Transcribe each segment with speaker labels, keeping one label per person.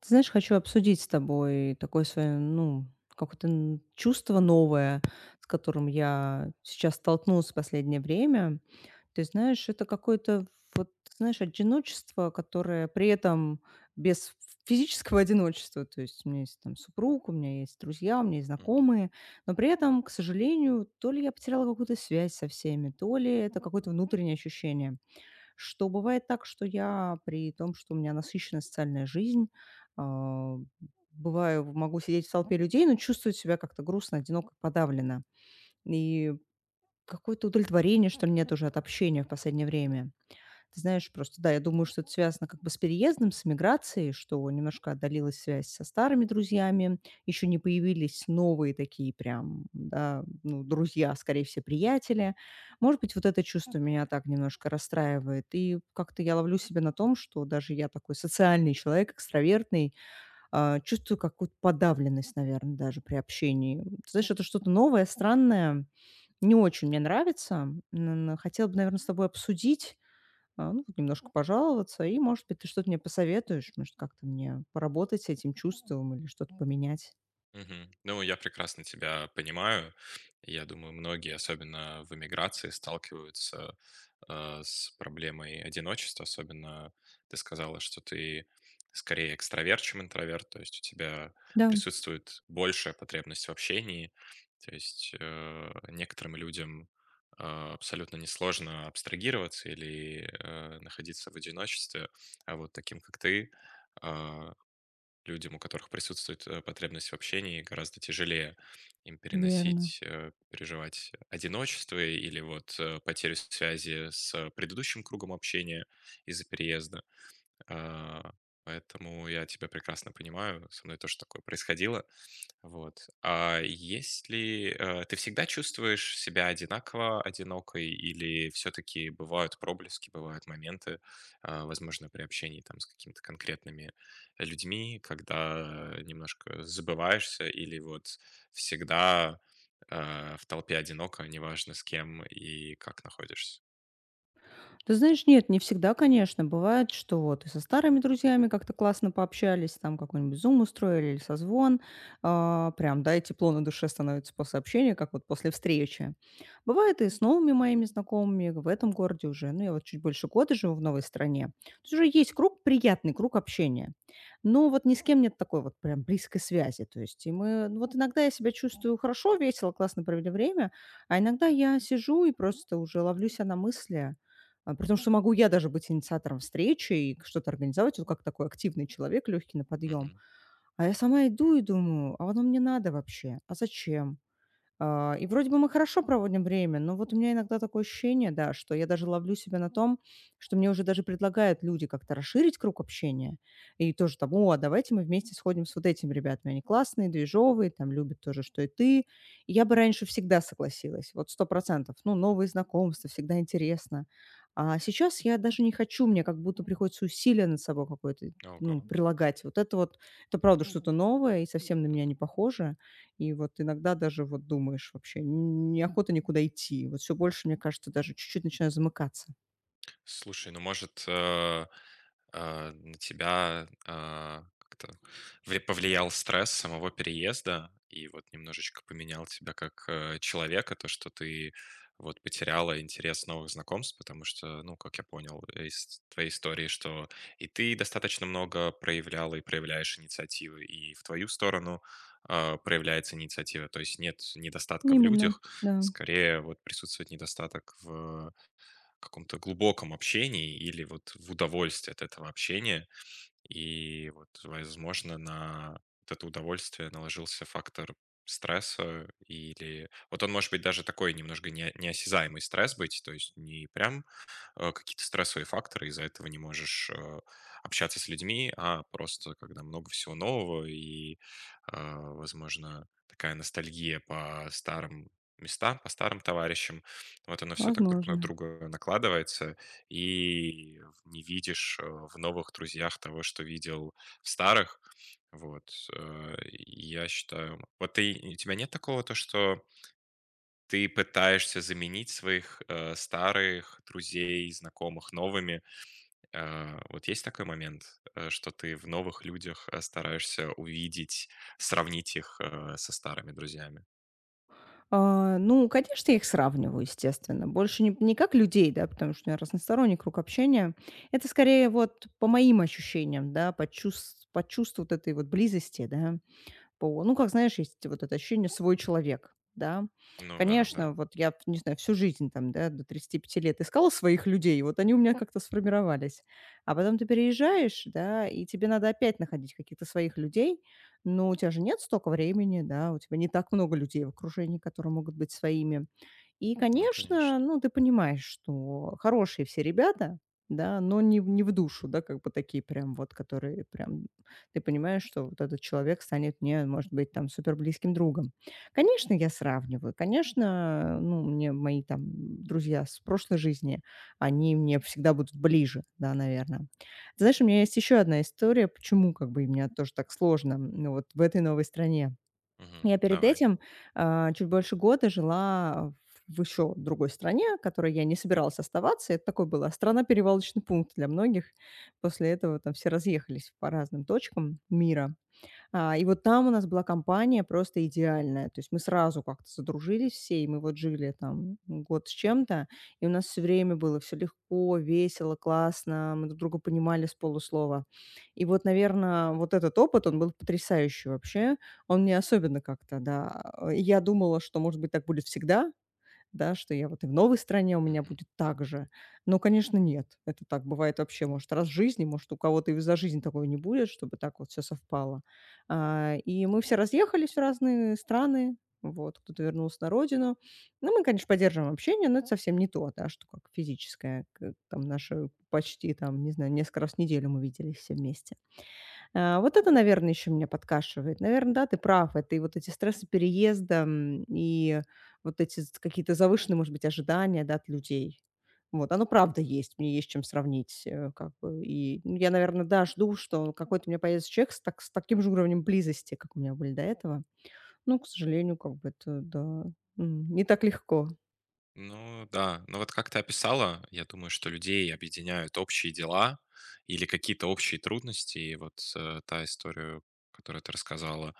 Speaker 1: Ты знаешь, хочу обсудить с тобой такое свое, ну, какое-то чувство новое, с которым я сейчас столкнулась в последнее время. Ты знаешь, это какое-то вот, знаешь, одиночество, которое при этом без физического одиночества, то есть у меня есть там супруг, у меня есть друзья, у меня есть
Speaker 2: Мгм,
Speaker 1: знакомые, но при этом, к сожалению, то ли я потеряла какую-то связь со всеми, то ли это какое-то внутреннее ощущение. Что бывает так, что я при том, что у меня насыщенная социальная жизнь, а, бываю, могу сидеть в толпе людей, но чувствую себя как-то грустно, одиноко, подавленно. И какое-то удовлетворение, что ли, нет уже от общения в последнее время. Ты знаешь, просто да, я думаю, что это связано как бы с переездом, с миграцией, что немножко отдалилась связь со старыми
Speaker 2: м.
Speaker 1: друзьями, еще не появились новые такие прям, да, ну, друзья, скорее всего, приятели. Может быть, вот это чувство меня так немножко расстраивает. И как-то я ловлю себя на том, что даже я такой социальный человек, экстравертный, чувствую какую-то подавленность, наверное, даже при общении. Ты знаешь, это что-то новое, странное, не очень мне нравится. Хотела бы, наверное, с тобой обсудить, ну, вот немножко пожаловаться, и, может быть, ты что-то мне посоветуешь, может, как-то мне поработать с этим чувством или что-то поменять.
Speaker 2: Мгм. Ну, я прекрасно тебя понимаю. Я думаю, многие, особенно в эмиграции, сталкиваются с проблемой одиночества. Особенно ты сказала, что ты скорее экстраверт, чем интроверт, то есть у тебя
Speaker 1: Да,
Speaker 2: присутствует большая потребность в общении. То есть некоторым людям э, абсолютно несложно абстрагироваться или находиться в одиночестве, а вот таким, как ты, э, людям, у которых присутствует потребность в общении, гораздо тяжелее им
Speaker 1: верно.
Speaker 2: переносить, переживать одиночество или вот потерю связи с предыдущим кругом общения из-за переезда. А, Поэтому я тебя прекрасно понимаю, со мной тоже такое происходило. Вот. А если ты всегда чувствуешь себя одинаково одинокой, или все-таки бывают проблески, бывают моменты, возможно, при общении там с какими-то конкретными людьми, когда немножко забываешься, или вот всегда в толпе одиноко, неважно с кем и как находишься.
Speaker 1: Ты знаешь, нет, не всегда, конечно. Бывает, что вот и со старыми друзьями как-то классно пообщались, там какой-нибудь зум устроили или созвон, прям, да, и тепло на душе становится после общения, как вот после встречи. Бывает и с новыми моими знакомыми в этом городе уже, ну, я вот чуть больше года живу в новой стране. То есть уже есть круг, приятный круг общения. Но вот ни с кем нет такой вот прям близкой связи. То есть и мы, ну, вот иногда я себя чувствую хорошо, весело, классно провели время, а иногда я сижу и просто уже ловлю себя на мысли, при том, что могу я даже быть инициатором встречи и что-то организовать, вот как такой активный человек, легкий на подъем.
Speaker 2: Мгм.
Speaker 1: А я сама иду и думаю: "А оно мне надо вообще? А зачем? И вроде бы мы хорошо проводим время, но вот у меня иногда такое ощущение, да, что я даже ловлю себя на том, что мне уже даже предлагают люди как-то расширить круг общения. И тоже там, о, а давайте мы вместе сходим с вот этими ребятами. Они классные, движовые, там любят тоже, что и ты. И я бы раньше всегда согласилась, вот 100%. Ну, новые знакомства, всегда интересно. А сейчас я даже не хочу, мне как будто приходится усилие над собой какое-то,
Speaker 2: Ого.
Speaker 1: ну, прилагать. Вот, это правда что-то новое и совсем на меня не похоже. И вот иногда даже вот думаешь вообще, н неохота никуда идти. Вот все больше, мне кажется, даже чуть-чуть начинаю замыкаться.
Speaker 2: Слушай, ну может, на тебя как-то повлиял стресс самого переезда и вот немножечко поменял тебя как человека, то, что ты вот потеряла интерес новых знакомств, потому что, ну, как я понял из твоей истории, что и ты достаточно много проявляла и проявляешь инициативы, и в твою сторону проявляется инициатива, то есть нет недостатка в
Speaker 1: Именно,
Speaker 2: людях,
Speaker 1: да,
Speaker 2: скорее вот присутствует недостаток каком-то глубоком общении или вот в удовольствии от этого общения. И вот, возможно, на вот это удовольствие наложился фактор стресса или вот он может быть даже такой немножко не неосязаемый стресс быть, то есть не прям какие-то стрессовые факторы, из-за этого не можешь общаться с людьми, а просто когда много всего нового и, возможно, такая ностальгия по старым местам, по старым товарищам, вот оно все так друг на
Speaker 1: возможно.
Speaker 2: друга накладывается, и не видишь в новых друзьях того, что видел в старых. Вот. Я считаю. Вот ты, у тебя нет такого, то, что ты пытаешься заменить своих, старых друзей, знакомых новыми. Вот есть такой момент, что ты в новых людях, стараешься увидеть, сравнить их, со старыми друзьями?
Speaker 1: Ну, конечно, я их сравниваю, естественно. Больше не как людей, да, потому что у меня разносторонний круг общения. Это скорее вот по моим ощущениям, да, по чувству вот этой вот близости, да. ПО. Ну, как знаешь, есть вот это ощущение "свой человек", да.
Speaker 2: Ну да, да.
Speaker 1: Конечно, вот я, не знаю, всю жизнь там, да, до 35 лет искала своих людей, вот они у меня как-то сформировались. А потом ты переезжаешь, да, и тебе надо опять находить каких-то своих людей, но у тебя же нет столько времени, да, у тебя не так много людей в окружении, которые могут быть своими. И,
Speaker 2: Ну,
Speaker 1: конечно,
Speaker 2: конечно.
Speaker 1: ну, ты понимаешь, что хорошие все ребята, да, но не в душу, да, как бы такие прям вот, которые прям, ты понимаешь, что вот этот человек станет мне, может быть, там супер близким другом. Конечно, я сравниваю, конечно, ну, мне мои там друзья с прошлой жизни, они мне всегда будут ближе, да, наверное. Знаешь, у меня есть еще одна история, почему как бы и мне тоже так сложно, ну, вот в этой новой стране. Я
Speaker 2: Мгм.
Speaker 1: перед
Speaker 2: Давай.
Speaker 1: этим, чуть больше года жила в еще другой стране, в которой я не собиралась оставаться. Это такой была страна-перевалочный пункт для многих. После этого там все разъехались по разным точкам мира. И вот там у нас была компания просто идеальная. То есть мы сразу как-то задружились все, и мы вот жили там год с чем-то, и у нас все время было все легко, весело, классно, мы друг друга понимали с полуслова. И вот, наверное, вот этот опыт, он был потрясающий вообще. Он мне особенно как-то, да. Я думала, что, может быть, так будет всегда, да, что я вот и в новой стране у меня
Speaker 2: Мгм.
Speaker 1: будет так же. Но, конечно, нет. Это так бывает вообще, может, раз в жизни, может, у кого-то и за жизнь такого не будет, чтобы так вот все совпало. И мы все разъехались в разные страны, вот, кто-то вернулся на родину. Ну, мы, конечно, поддерживаем общение, но это совсем не то, да, что как физическое. Там наши почти, там, не знаю, несколько раз в неделю мы виделись все вместе. Вот это, наверное, еще меня подкашивает. Наверное, да, ты прав. Это и вот эти стрессы переезда, и вот эти з какие-то завышенные, может быть, ожидания, да, от людей. Вот, оно правда есть, мне есть чем сравнить, как бы. И, ну, я, наверное, да, жду, что какой-то у меня появится человек с таким же уровнем близости, как у меня были до этого. Ну, к сожалению, как бы это, да, не так легко.
Speaker 2: Ну да, ну вот как ты описала, я думаю, что людей объединяют общие дела или какие-то общие трудности. И вот, та история, которую ты рассказала,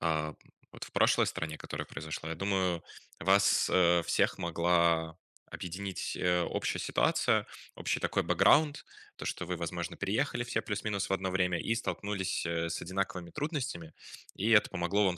Speaker 2: А, вот в прошлой стране, которая произошла, я думаю, вас, всех могла объединить, общая ситуация, общий такой бэкграунд, то, что вы, возможно, переехали все плюс-минус в одно время и столкнулись, с одинаковыми трудностями, и это помогло вам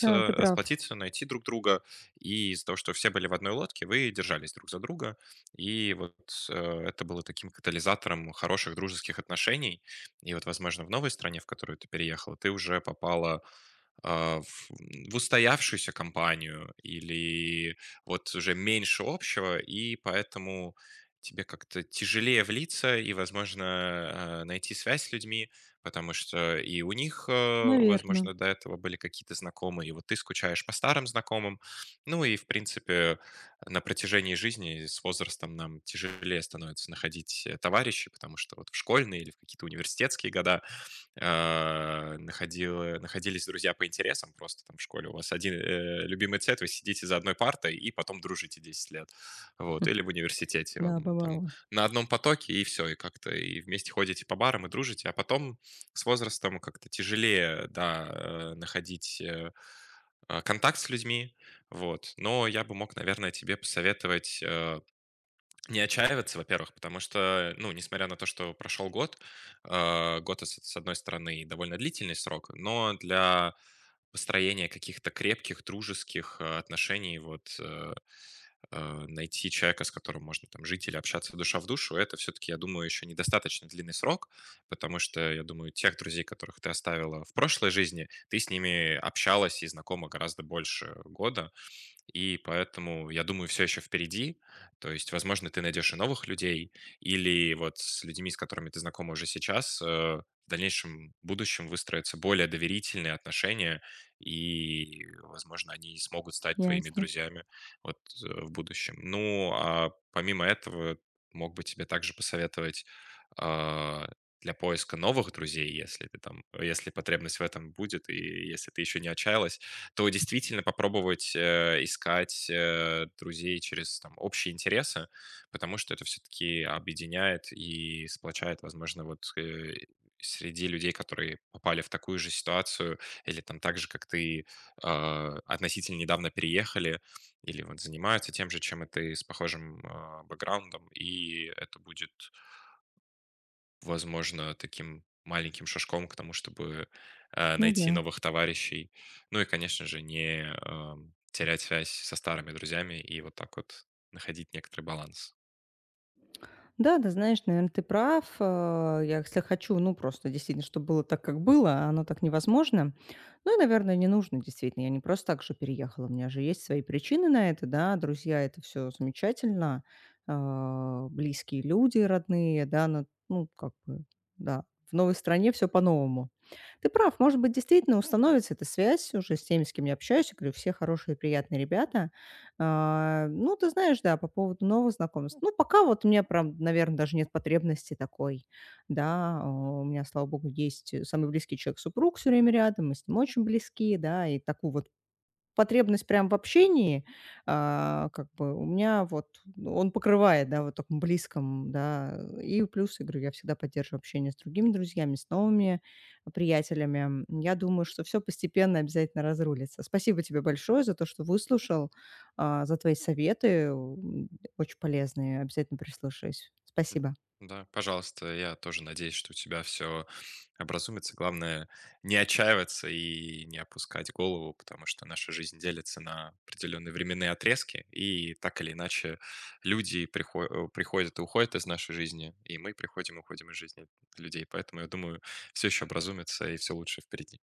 Speaker 1: Да, ты прав,
Speaker 2: сплотиться, найти друг друга. И из-за того, что все были в одной лодке, вы держались друг за друга, и вот, это было таким катализатором хороших дружеских отношений. И вот, возможно, в новой стране, в которую ты переехала, ты уже попала а, в в устоявшуюся компанию или вот уже меньше общего, и поэтому тебе как-то тяжелее влиться и, возможно, найти связь с людьми, потому что и у них,
Speaker 1: наверное.
Speaker 2: возможно, до этого были какие-то знакомые, и вот ты скучаешь по старым знакомым. Ну и, в принципе, на протяжении жизни с возрастом нам тяжелее становится находить товарищей, потому что вот в школьные или в какие-то университетские года находила находились друзья по интересам просто там в школе. У вас один, любимый цвет, вы сидите за одной партой и потом дружите 10 лет. Вот. Или в университете
Speaker 1: Да,
Speaker 2: вам там
Speaker 1: бывало.
Speaker 2: на одном потоке и все и как-то и вместе ходите по барам и дружите. А потом с возрастом как-то тяжелее, да, находить, контакт с людьми. Вот. Но я бы мог, наверное, тебе посоветовать, не отчаиваться, во-первых, потому что, ну, несмотря на то, что прошел год, с одной стороны, довольно длительный срок, но для построения каких-то крепких, дружеских отношений, вот найти человека, с которым можно там жить или общаться душа в душу, это все-таки, я думаю, еще недостаточно длинный срок, потому что, я думаю, тех друзей, которых ты оставила в прошлой жизни, ты с ними общалась и знакома гораздо больше года, и поэтому, я думаю, все еще впереди. То есть, возможно, ты найдешь и новых людей, или вот с людьми, с которыми ты знакома уже сейчас, в дальнейшем будущем выстроятся более доверительные отношения, и, возможно, они смогут стать твоими
Speaker 1: Ясно.
Speaker 2: друзьями вот, в будущем. Ну, а помимо этого, мог бы тебе также посоветовать, а, для поиска новых друзей, если ты там, если потребность в этом будет, и если ты еще не отчаялась, то действительно попробовать искать друзей через там, общие интересы, потому что это все-таки объединяет и сплочает, возможно, вот среди людей, которые попали в такую же ситуацию, или там так же, как ты, относительно недавно переехали, или вот занимаются тем же, чем и ты, с похожим бэкграундом, и это будет возможно, таким маленьким шажком к тому, чтобы,
Speaker 1: Ну
Speaker 2: найти
Speaker 1: да.
Speaker 2: новых товарищей. Ну и, конечно же, не терять связь со старыми друзьями и вот так вот находить некоторый баланс.
Speaker 1: Да, да, знаешь, наверное, ты прав. Я, если хочу, ну, просто действительно, чтобы было так, как было, а оно так невозможно. Ну, и, наверное, не нужно, действительно. Я не просто так же переехала. У меня же есть свои причины на это, да. Друзья, это все замечательно. Близкие люди, родные, да. Ну, как бы, да. В новой стране все по-новому. Ты прав, может быть, действительно установится эта связь уже с теми, с кем я общаюсь. Я говорю, все хорошие, приятные ребята. Ну, ты знаешь, да, по поводу новых знакомств. Ну, пока вот у меня прям, наверное, даже нет потребности такой, да. У меня, слава богу, есть, самый близкий человек- супруг все время рядом, мы с ним очень близки, да, и такую вот потребность прям в общении, как бы у меня вот ну, он покрывает, да, вот таком близком, да. И плюс, я говорю, я всегда поддерживаю общение с другими друзьями, с новыми приятелями. Я думаю, что все постепенно обязательно разрулится. Спасибо тебе большое за то, что выслушал, за твои советы, очень полезные. Обязательно прислушаюсь.
Speaker 2: М,
Speaker 1: Спасибо.
Speaker 2: да, пожалуйста, я тоже надеюсь, что у тебя все образумится. Главное, не отчаиваться и не опускать голову, потому что наша жизнь делится на определенные временные отрезки, и так или иначе люди приходят и уходят из нашей жизни, и мы приходим и уходим из жизни людей. Поэтому, я думаю, все еще образумится, и все лучше впереди.